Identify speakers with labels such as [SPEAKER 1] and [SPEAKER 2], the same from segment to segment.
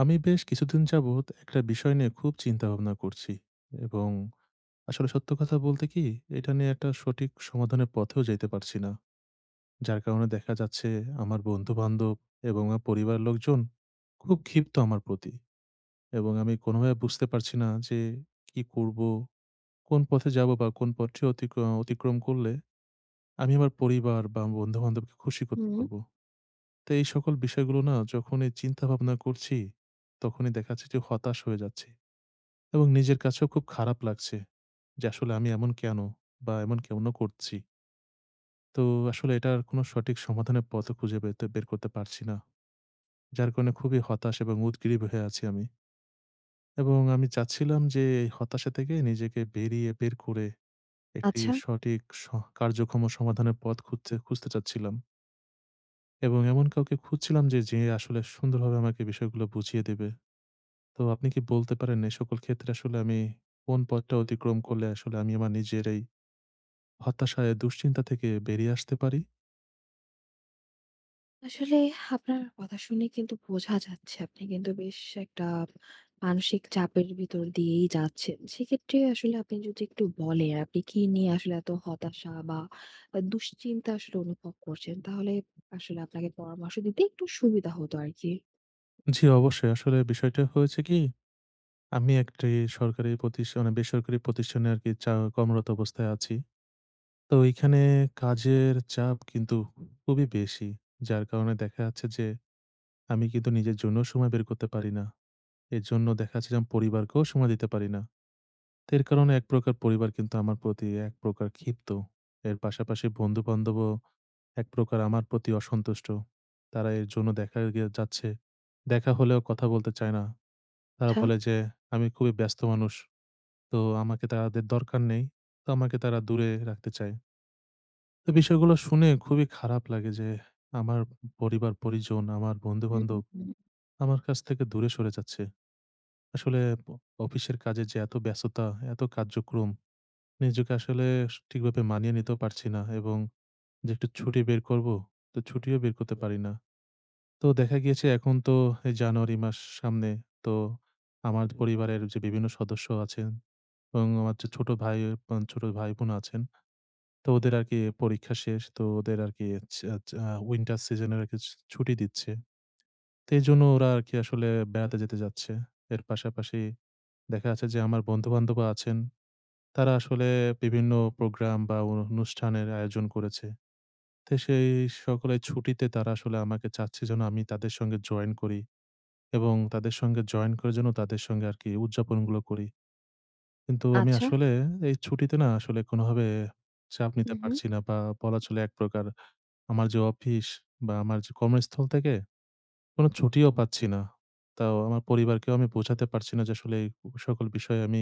[SPEAKER 1] আমি বেশ কিছুদিন যাবৎ একটা বিষয় নিয়ে খুব চিন্তাভাবনা করছি এবং আসলে সত্য কথা বলতে কি, এটা নিয়ে একটা সঠিক সমাধানের পথেও যেতে পারছি না। যার কারণে দেখা যাচ্ছে আমার বন্ধু বান্ধব এবং আমার পরিবারের লোকজন খুব ক্ষিপ্ত আমার প্রতি। এবং আমি কোনোভাবে বুঝতে পারছি না যে কি করব, কোন পথে যাব বা কোন পথটি অতিক্রম করলে আমি আমার পরিবার বা বন্ধু বান্ধবকে খুশি করতে
[SPEAKER 2] হুম,
[SPEAKER 1] পারবো। তো এই সকল বিষয়গুলো না, যখনই চিন্তা ভাবনা করছি তখনই দেখা যাচ্ছে যে হতাশ হয়ে যাচ্ছে এবং নিজের কাছেও খুব খারাপ লাগছে যে আসলে আমি এমন কেন, বা এমন কেন করছি। তো আসলে এটার কোনো সঠিক সমাধানের পথও খুঁজে বের করতে পারছি না। যার কারণে খুবই হতাশ এবং উদগ্রীব হয়ে আছি আমি। এবং আমি চাচ্ছিলাম যে এই হতাশা থেকে নিজেকে বের করে একটি
[SPEAKER 2] আচ্ছা।
[SPEAKER 1] সঠিক কার্যক্ষম সমাধানের পথ খুঁজতে খুঁজতে চাচ্ছিলাম। এবং এমন কাউকে খুঁজছিলাম যে আসলে সুন্দরভাবে আমাকে বিষয়গুলো বুঝিয়ে দেবে। তো আপনি কি বলতে পারেন এ সকল ক্ষেত্রে আসলে আমি কোন পথটা অতিক্রম করলে আসলে আমি আমার নিজের এই হতাশায়, দুশ্চিন্তা থেকে বেরিয়ে আসতে পারি?
[SPEAKER 2] আসলে আপনার কথা শুনে কিন্তু বোঝা যাচ্ছে আপনি কিন্তু বেশ একটা মানসিক চাপের ভিতর দিয়েই যাচ্ছেন। সেক্ষেত্রে আসলে আপনি যদি একটু বলেন আপনি কি নিয়ে আসলে এত হতাশা বা দুশ্চিন্তা আসলে অনুভব করছেন? তাহলে আসলে আপনাকে পরামর্শ দিতে একটু সুবিধা হতো আরকি।
[SPEAKER 1] জি, অবশ্যই। আসলে বিষয়টা হয়েছে কি, আমি একটি সরকারি প্রতিষ্ঠান, মানে বেসরকারি প্রতিষ্ঠানে আরকি কর্মরত অবস্থায় আছি। তো এইখানে কাজের চাপ কিন্তু খুবই বেশি। যার কারণে দেখা যাচ্ছে যে, আমি কিন্তু নিজের জন্যও সময় বের করতে পারি না। এর জন্য দেখা যাচ্ছে যে, আমি পরিবারকেও সময় দিতে পারি না। তো এর কারণে এক প্রকার পরিবার কিন্তু আমার প্রতি এক প্রকার ক্ষিপ্ত। এর পাশাপাশি বন্ধু-বান্ধবও এক প্রকার আমার প্রতি অসন্তুষ্ট। তারা এর জন্য দেখা যাচ্ছে। দেখা হলেও কথা বলতে চায় না। তারা
[SPEAKER 2] আচ্ছা।
[SPEAKER 1] বলে যে, "আমি খুবই ব্যস্ত মানুষ। তো আমাকে তাদের দরকার নেই।" তো আমাকে তারা দূরে রাখতে চায়। তো বিষয়গুলো শুনে খুবই খারাপ লাগে যে, আমার পরিবার-পরিজন, আমার
[SPEAKER 2] হুম,
[SPEAKER 1] বন্ধু-বান্ধব
[SPEAKER 2] হুম,
[SPEAKER 1] আমার কাছ থেকে দূরে সরে যাচ্ছে। আসলে অফিসের কাজে যে এত ব্যস্ততা, এত কার্যক্রম, নিজেকে আসলে ঠিকভাবে মানিয়ে নিতেও পারছি না, এবং যে একটু ছুটি বের করব, তো ছুটিও বের করতে পারি না। তো দেখা গিয়েছে এখন তো এই জানুয়ারি মাস সামনে। তো আমার পরিবারের যে বিভিন্ন সদস্য আছেন এবং আমার যে ছোট ভাই-বোন আছেন। তো ওদের আরকি পরীক্ষা শেষ। তো ওদের আরকি চা চা উইন্টার সিজন এর আরকি ছুটি দিচ্ছে। তো এজন্য ওরা আরকি আসলে বেড়াতে যেতে যাচ্ছে। এর পাশাপাশি দেখা যাচ্ছে যে আমার বন্ধু-বান্ধবও আছেন। তারা আসলে বিভিন্ন প্রোগ্রাম বা অনুষ্ঠানের আয়োজন করেছে। তো সেই সকলের ছুটিতে তারা আসলে আমাকে চাচ্ছে যেন আমি তাদের সঙ্গে জয়েন করি। এবং তাদের সঙ্গে জয়েন করার জন্য তাদের সঙ্গে আরকি উদযাপনগুলো করি। কিন্তু আমি
[SPEAKER 2] আচ্ছা।
[SPEAKER 1] আসলে এই ছুটিতে না, আসলে কোনোভাবে চাপ
[SPEAKER 2] হু,
[SPEAKER 1] নিতে
[SPEAKER 2] হু।
[SPEAKER 1] পারছি না, বা বলা চলে এক প্রকার আমার যে অফিস বা আমার যে কর্মস্থল থেকে কোনো ছুটিও পাচ্ছি না। তাও আমার পরিবারকেও আমি বোঝাতে পারছি না যে আসলে এই সকল বিষয়ে আমি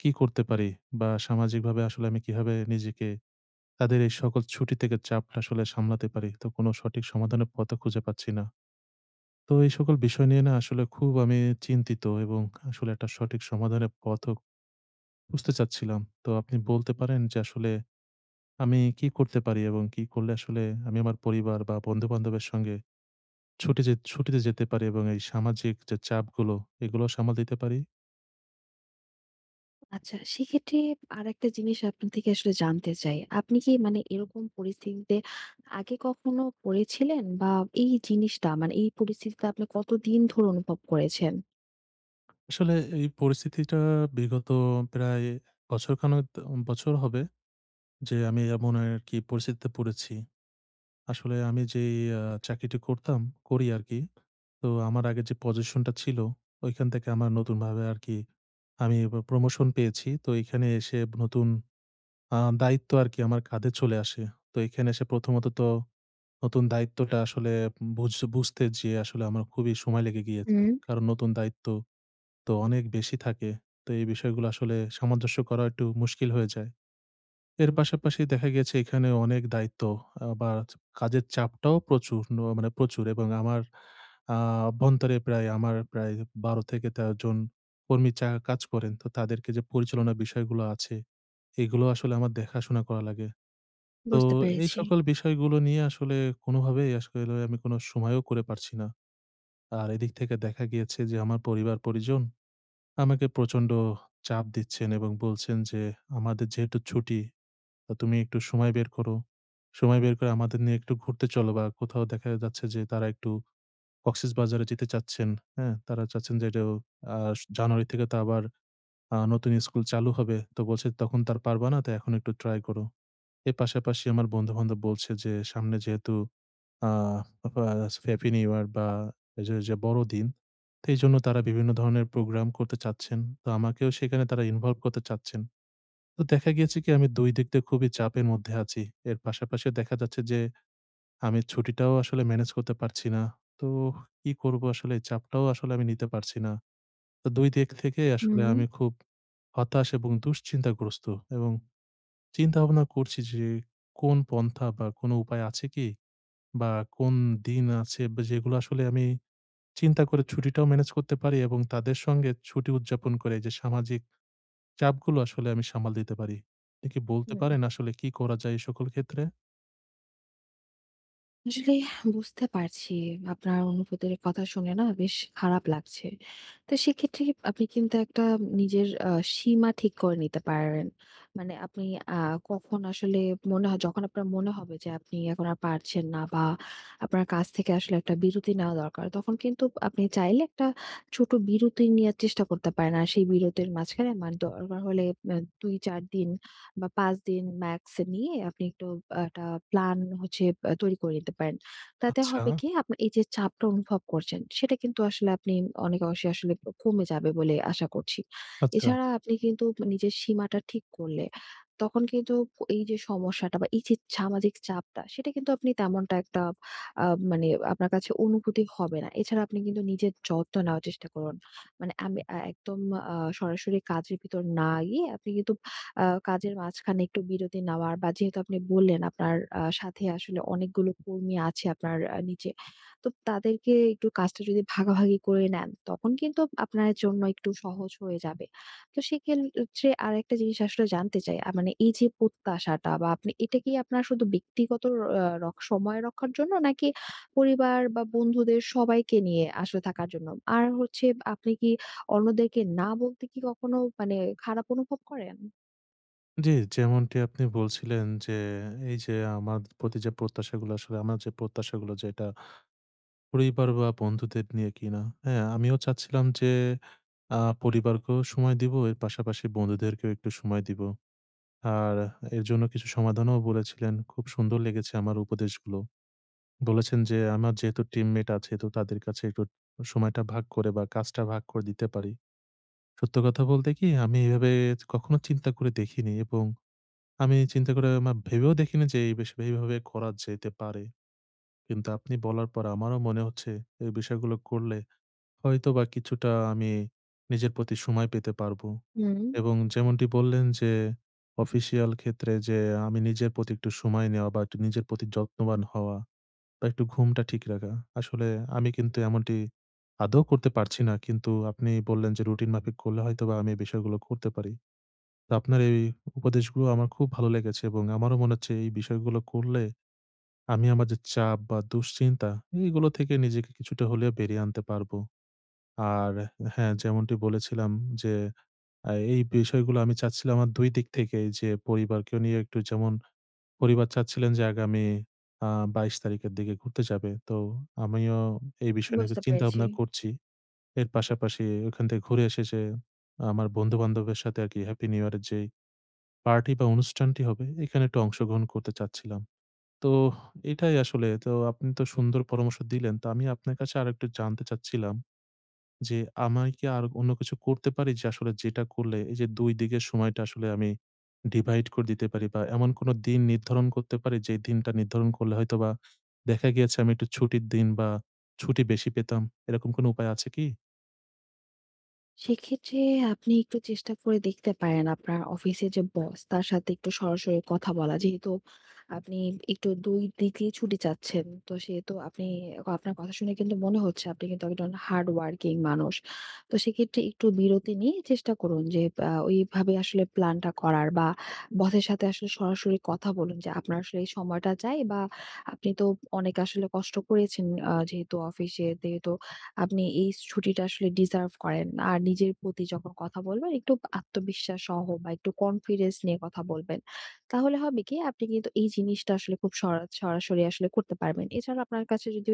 [SPEAKER 1] কি করতে পারি, বা সামাজিকভাবে আসলে আমি কিভাবে নিজেকে তাদের এই সকল ছুটি থেকে চাপটা আসলে সামলাতে পারি? তো কোনো সঠিক সমাধানের পথও খুঁজে পাচ্ছি না। তো এই সকল বিষয় নিয়ে না, আসলে খুব আমি চিন্তিত এবং আসলে একটা সঠিক সমাধানের পথও খুঁজতে চাচ্ছিলাম। তো আপনি বলতে পারেন যে আসলে আমি কি করতে পারি এবং কি করলে আসলে আমি আমার পরিবার বা বন্ধু-বান্ধবের সঙ্গে ছুটিতে যেতে পারি এবং এই সামাজিক যে চাপগুলো এগুলো সামাল দিতে পারি?
[SPEAKER 2] আচ্ছা, সেক্ষেত্রে আরেকটা জিনিস আপনার থেকে আসলে জানতে চাই। আপনি কি মানে এরকম পরিস্থিতিতে আগে কখনো পড়েছিলেন? বা এই জিনিসটা মানে এই পরিস্থিতিটা আপনি কতদিন ধরে অনুভব করেছেন?
[SPEAKER 1] আসলে এই পরিস্থিতিটা বিগত প্রায় বছরখানেক বছর হবে যে আমি এমন আরকি পরিস্থিতিতে পড়েছি। আসলে আমি যেই আ চাকরিটি করি আরকি। তো আমার আগে যে পজিশনটা ছিল, ঐখান থেকে আমার নতুনভাবে আরকি আমি প্রমোশন পেয়েছি। তো এখানে এসে নতুন দায়িত্ব আরকি আমার কাঁধে চলে আসে। তো এখানে এসে প্রথমত তো নতুন দায়িত্বটা আসলে বুঝতে যেয়ে আসলে আমার খুবই সময় লেগে গিয়েছে।
[SPEAKER 2] হুম,
[SPEAKER 1] কারণ নতুন দায়িত্ব তো অনেক বেশি থাকে। তো এই বিষয়গুলো আসলে সামঞ্জস্য করা একটু মুশকিল হয়ে যায়। এর পাশাপাশি দেখা গেছে এখানে অনেক দায়িত্ব, আ বা কাজের চাপটাও প্রচুর, ন মানে প্রচুর, এবং আমার আ অভ্যন্তরে প্রায় আমার প্রায় ১২ থেকে ১৩ জন কর্মী কাজ করেন। তো তাদেরকে যে পরিচালনা বিষয়গুলো আছে, এগুলো আসলে আমার দেখাশোনা করা লাগে। তো
[SPEAKER 2] বুঝতে
[SPEAKER 1] এই
[SPEAKER 2] পেরেছি।
[SPEAKER 1] সকল বিষয়গুলো নিয়ে আসলে কোনোভাবেই আসলে আমি কোনো সময়ও করে পারছি না। আর এদিক থেকে দেখা গিয়েছে যে আমার পরিবার-পরিজন আমাকে প্রচন্ড চাপ দিচ্ছেন এবং বলছেন যে, "আমাদের যেহেতু ছুটি, তো তুমি একটু সময় বের করো। সময় বের করে আমাদের নিয়ে একটু ঘুরতে চলো।" বা কোথাও দেখা যাচ্ছে যে তারা একটু কক্সেসবাজারে যেতে চাচ্ছেন, হ্যাঁ? তারা চাচ্ছেন যে এটাও, আ জানুয়ারি থেকে তো আবার নতুন স্কুল চালু হবে। তো বলছে তখন তো আর পারবা না, তো এখন একটু ট্রাই করো। এর পাশাপাশি আমার বন্ধু-বান্ধব বলছে যে সামনে যেহেতু আ ফা হ্যাপি নিউ ইয়ার বা এই যে যে বড়দিন, তো এইজন্য তারা বিভিন্ন ধরনের প্রোগ্রাম করতে চাচ্ছেন। তো আমাকেও সেখানে তারা ইনভলভ করতে চাচ্ছেন। তো দেখা গিয়েছে কি, আমি ২ দিক দিয়ে খুবই চাপের মধ্যে আছি। এর পাশাপাশি দেখা যাচ্ছে যে আমি ছুটিটাও আসলে ম্যানেজ করতে পারছি না। তো কি করব, আসলে এই চাপটাও আসলে আমি নিতে পারছি না। তো ২ দিক থেকে আসলে
[SPEAKER 2] হুম।
[SPEAKER 1] আমি খুব হতাশ এবং দুশ্চিন্তাগ্রস্ত এবং চিন্তা-ভাবনা করছি যে কোন পন্থা বা কোন উপায় আছে কি? বা কোন দিন আছে বা যেগুলো আসলে আমি চিন্তা করে ছুটিটাও ম্যানেজ করতে পারি এবং তাদের সঙ্গে ছুটি উদযাপন করে যে সামাজিক চাপগুলো আসলে আমি সামাল দিতে পারি। আপনি কি বলতে
[SPEAKER 2] হুম।
[SPEAKER 1] পারেন আসলে কি করা যায় এই সকল ক্ষেত্রে?
[SPEAKER 2] আসলে বুঝতে পারছি আপনার অনুভূতির কথা শুনে না বেশ খারাপ লাগছে। তো সেক্ষেত্রে আপনি কিন্তু একটা নিজের সীমা ঠিক করে নিতে পারেন। মানে আপনি আ কখন আসলে মনে হয়, যখন আপনার মনে হবে যে আপনি এখন আর পারছেন না বা আপনার কাজ থেকে আসলে একটা বিরতি নেওয়া দরকার, তখন কিন্তু আপনি চাইলে একটা ছোট বিরতি নেয়ার চেষ্টা করতে পারেন। আর সেই বিরতির মাঝখানে, মানে দরকার হলে আ ২-৪ দিন বা ৫ দিন ম্যাক্স নিয়ে আপনি একটু একটা প্ল্যান হচ্ছে তৈরি করে নিতে পারেন। তাতে
[SPEAKER 1] আচ্ছা,
[SPEAKER 2] হবে কি, আপনার এই যে চাপটা অনুভব করছেন, সেটা কিন্তু আসলে আপনি অনেক অংশে আসলে কমে যাবে বলে আশা করছি।
[SPEAKER 1] আচ্ছা।
[SPEAKER 2] এছাড়া আপনি কিন্তু নিজের সীমাটা ঠিক করলে তখন কিন্তু এই যে সমস্যাটা বা এই যে সামাজিক চাপটা, সেটা কিন্তু আপনি তেমনটা একটা আ মানে আপনার কাছে অনুভূতি হবে না। এছাড়া আপনি কিন্তু নিজের যত্ন নেওয়ার চেষ্টা করুন। মানে আমি একদম সরাসরি কাজের ভিতর না গিয়ে আপনি কিন্তু কাজের মাঝখানে একটু বিরতি নেওয়ার, বা যেহেতু আপনি বললেন আপনার সাথে আসলে অনেকগুলো কর্মী আছে আপনার নিচে। তো তাদেরকে একটু কাজটা যদি ভাগাভাগি করে নেন, তখন কিন্তু আপনার জন্য একটু সহজ হয়ে যাবে। তো সেক্ষেত্রে আরেকটা জিনিস আসলে জানতে চাই, মানে এই যে প্রত্যাশাটা, বা আপনি এটা কি আপনার শুধু ব্যক্তিগত আ রক সময় রক্ষার জন্য, নাকি পরিবার বা বন্ধুদের সবাইকে নিয়ে আসলে থাকার জন্য? আর হচ্ছে, আপনি কি অন্যদেরকে না বলতে কি কখনো মানে খারাপ অনুভব করেন?
[SPEAKER 1] জি, যেমনটি আপনি বলছিলেন যে, এই যে আমার প্রতি যে প্রত্যাশাগুলো আসলে আমার যে প্রত্যাশাগুলো যেটা পরিবার বা বন্ধুদের নিয়ে কিনা, হ্যাঁ? আমিও চাচ্ছিলাম যে পরিবারকেও সময় দিব, এর পাশাপাশি বন্ধুদেরকেও একটু সময় দিব। আর এর জন্য কিছু সমাধানও বলেছিলেন। খুব সুন্দর লেগেছে আমার উপদেশগুলো। বলেছেন যে, আমার যেহেতু টিমমেট আছে, তো তাদের কাছে একটু সময়টা ভাগ করে বা কাজটা ভাগ করে দিতে পারি। সত্য কথা বলতে কি, আমি এভাবে কখনো চিন্তা করে দেখিনি এবং আমি চিন্তা করে ভেবেও দেখিনি যে এই বিষয় এইভাবে করা যেতে পারে। কিন্তু আপনি বলার পর আমারও মনে হচ্ছে এই বিষয়গুলো করলে হয়তোবা কিছুটা আমি নিজের প্রতি সময় পেতে পারবো।
[SPEAKER 2] হুম,
[SPEAKER 1] এবং যেমনটি বললেন যে অফিসিয়াল ক্ষেত্রে যে আমি নিজের প্রতি একটু সময় নেওয়া বা একটু নিজের প্রতি যত্নবান হওয়া। বা একটু ঘুমটা ঠিক রাখা। আসলে আমি কিন্তু এমনটি আদৌ করতে পারছি না। কিন্তু আপনি বললেন যে রুটিন মাফিক করলে হয়তোবা আমি এই বিষয়গুলো করতে পারি। তো আপনার এই উপদেশগুলো আমার খুব ভালো লেগেছে এবং আমারও মনে হচ্ছে এই বিষয়গুলো করলে আমি আমার যে চাপ বা দুশ্চিন্তা এইগুলো থেকে নিজেকে কিছুটা হলেও বেরিয়ে আনতে পারবো। আর হ্যাঁ, যেমনটি বলেছিলাম যে এই বিষয়গুলো আমি চাচ্ছিলাম আমার ২ দিক থেকেই, যে পরিবারকেও নিয়ে একটু, যেমন পরিবার চাচ্ছিলেন যে আগামী আ ২২ তারিখের দিকে ঘুরতে যাবে। তো আমিও এই বিষয় নিয়ে একটু
[SPEAKER 2] বুঝতে পেরেছি।
[SPEAKER 1] চিন্তা-ভাবনা করছি। এর পাশাপাশি ওখান থেকে ঘুরে এসে যে আমার বন্ধু-বান্ধবের সাথে আরকি হ্যাপি নিউ ইয়ার এর যেই পার্টি বা অনুষ্ঠানটি হবে, এখানে একটু অংশগ্রহণ করতে চাচ্ছিলাম। তো এটাই আসলে। তো আপনি তো সুন্দর পরামর্শ দিলেন। তো আমি আপনার কাছে আরেকটু জানতে চাচ্ছিলাম যে, আমায় কি আর অন্য কিছু করতে পারি যে আসলে যেটা করলে এই যে ২ দিকের সময়টা আসলে আমি ডিভাইড করে দিতে পারি বা এমন কোনো দিন নির্ধারণ করতে পারি যে, দিনটা নির্ধারণ করলে হয়তোবা দেখা গিয়েছে আমি একটু ছুটির দিন বা ছুটি বেশি পেতাম। এরকম কোনো উপায় আছে কি?
[SPEAKER 2] সেক্ষেত্রে আপনি একটু চেষ্টা করে দেখতে পারেন আপনার অফিসে যে বস, তার সাথে একটু সরাসরি কথা বলা। যেহেতু আপনি একটু ২ দিকেই ছুটি চাচ্ছেন। তো সেহেতু আপনি, আপনার কথা শুনে কিন্তু মনে হচ্ছে আপনি কিন্তু একজন হার্ড ওয়ার্কিং মানুষ। তো সেক্ষেত্রে একটু বিরতি নিয়ে চেষ্টা করুন যে ওইভাবে আসলে প্ল্যানটা করার, বা বসের সাথে আসলে সরাসরি কথা বলুন যে আপনার আসলে এই সময়টা চাই, বা আপনি তো অনেক আসলে কষ্ট করেছেন, যেহেতু অফিসে, যেহেতু আপনি এই ছুটিটা আসলে ডিজার্ভ করেন। আর নিজের প্রতি যখন কথা বলবেন, একটু আত্মবিশ্বাস সহ বা একটু কনফিডেন্স নিয়ে কথা বলবেন। তাহলে হবে কি, আপনি কিন্তু এই জিনিসটা আসলে খুব সরাসরি আসলে করতে পারবেন। এছাড়া আপনার কাছে যদি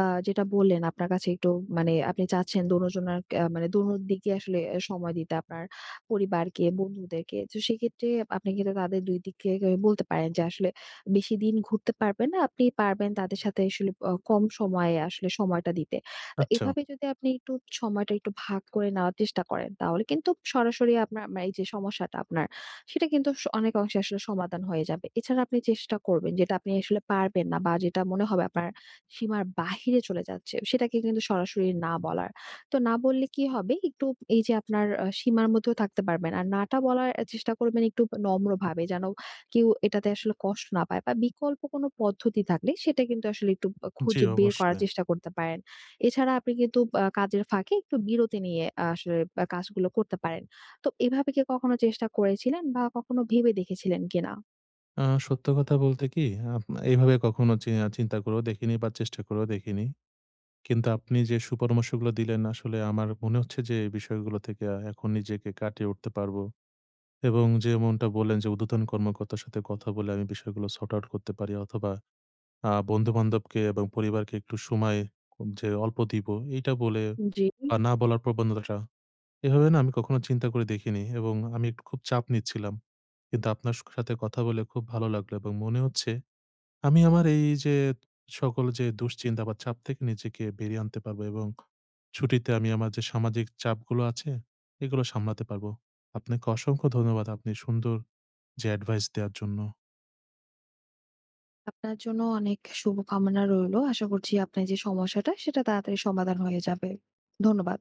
[SPEAKER 2] যেটা বললেন, আপনার কাছে একটু মানে আপনি চাচ্ছেন দোনোজনার, মানে দোনো দিকে আসলে এ সময় দিতে, আপনার পরিবারকে, বন্ধুদেরকে। তো সেক্ষেত্রে আপনি কিন্তু তাদের ২ দিকে বলতে পারেন যে আসলে বেশিদিন ঘুরতে পারবেন না। আপনি পারবেন তাদের সাথে আসলে কম সময়ে আসলে সময়টা দিতে। তো
[SPEAKER 1] আচ্ছা।
[SPEAKER 2] এভাবে যদি আপনি একটু সময়টা একটু ভাগ করে নেওয়ার চেষ্টা করেন, তাহলে কিন্তু সরাসরি আপনার আপনার এই যে সমস্যাটা আপনার, সেটা কিন্তু অনেক অংশে আসলে সমাধান হয়ে যাবে। এছাড়া আপনি চেষ্টা করবেন, যেটা আপনি আসলে পারবেন না, বা যেটা মনে হবে আপনার সীমার বাহিরে চলে যাচ্ছে, সেটাকে কিন্তু সরাসরি না বলার। তো না বললে কি হবে, একটু এই যে আপনার সীমার মধ্যেও থাকতে পারবেন, আর নাটা বলার চেষ্টা করবেন একটু নম্র ভাবে, যেন কেউ এটাতে আসলে কষ্ট না পায়, বা বিকল্প কোনো পদ্ধতি থাকলে সেটা কিন্তু আসলে একটু
[SPEAKER 1] জি,
[SPEAKER 2] খুঁজে বের করার
[SPEAKER 1] অবশ্যই।
[SPEAKER 2] চেষ্টা করতে পারেন। এছাড়া আপনি কিন্তু কাজের ফাঁকে একটু বিরতি নিয়ে আসলে কাজগুলো করতে পারেন। তো এভাবে কি কখনো চেষ্টা করেছিলেন, বা কখনো ভেবে দেখেছিলেন কিনা?
[SPEAKER 1] সত্য কথা বলতে কি, আপ এভাবে কখনো চিন্তা করেও দেখিনি বা চেষ্টা করেও দেখিনি। কিন্তু আপনি যে সুপরামর্শগুলো দিলেন, আসলে আমার মনে হচ্ছে যে এই বিষয়গুলো থেকে এখন নিজেকে কাটিয়ে উঠতে পারবো। এবং যেমনটা বললেন যে ঊর্ধ্বতন কর্মকর্তার সাথে কথা বলে আমি বিষয়গুলো সর্ট আউট করতে পারি, অথবা বন্ধু-বান্ধবকে এবং পরিবারকে একটু সময়, কম- যে অল্প দিব এইটা বলে
[SPEAKER 2] জি,
[SPEAKER 1] বা না বলার প্রবণতাটা, এভাবে না আমি কখনো চিন্তা করে দেখিনি এবং আমি একটু খুব চাপ নিচ্ছিলাম। কিন্তু আপনার সাথে কথা বলে খুব ভালো লাগলো এবং মনে হচ্ছে আমি আমার এই যে সকল যে দুশ্চিন্তা বা চাপ থেকে নিজেকে বেরিয়ে আনতে পারবো এবং ছুটিতে আমি আমার যে সামাজিক চাপগুলো আছে এগুলো সামলাতে পারবো। আপনাকে অসংখ্য ধন্যবাদ আপনি সুন্দর যে অ্যাডভাইস দেওয়ার জন্য।
[SPEAKER 2] আপনার জন্য অনেক শুভকামনা রইলো। আশা করছি আপনার যে সমস্যাটা সেটা তাড়াতাড়ি সমাধান হয়ে যাবে। ধন্যবাদ।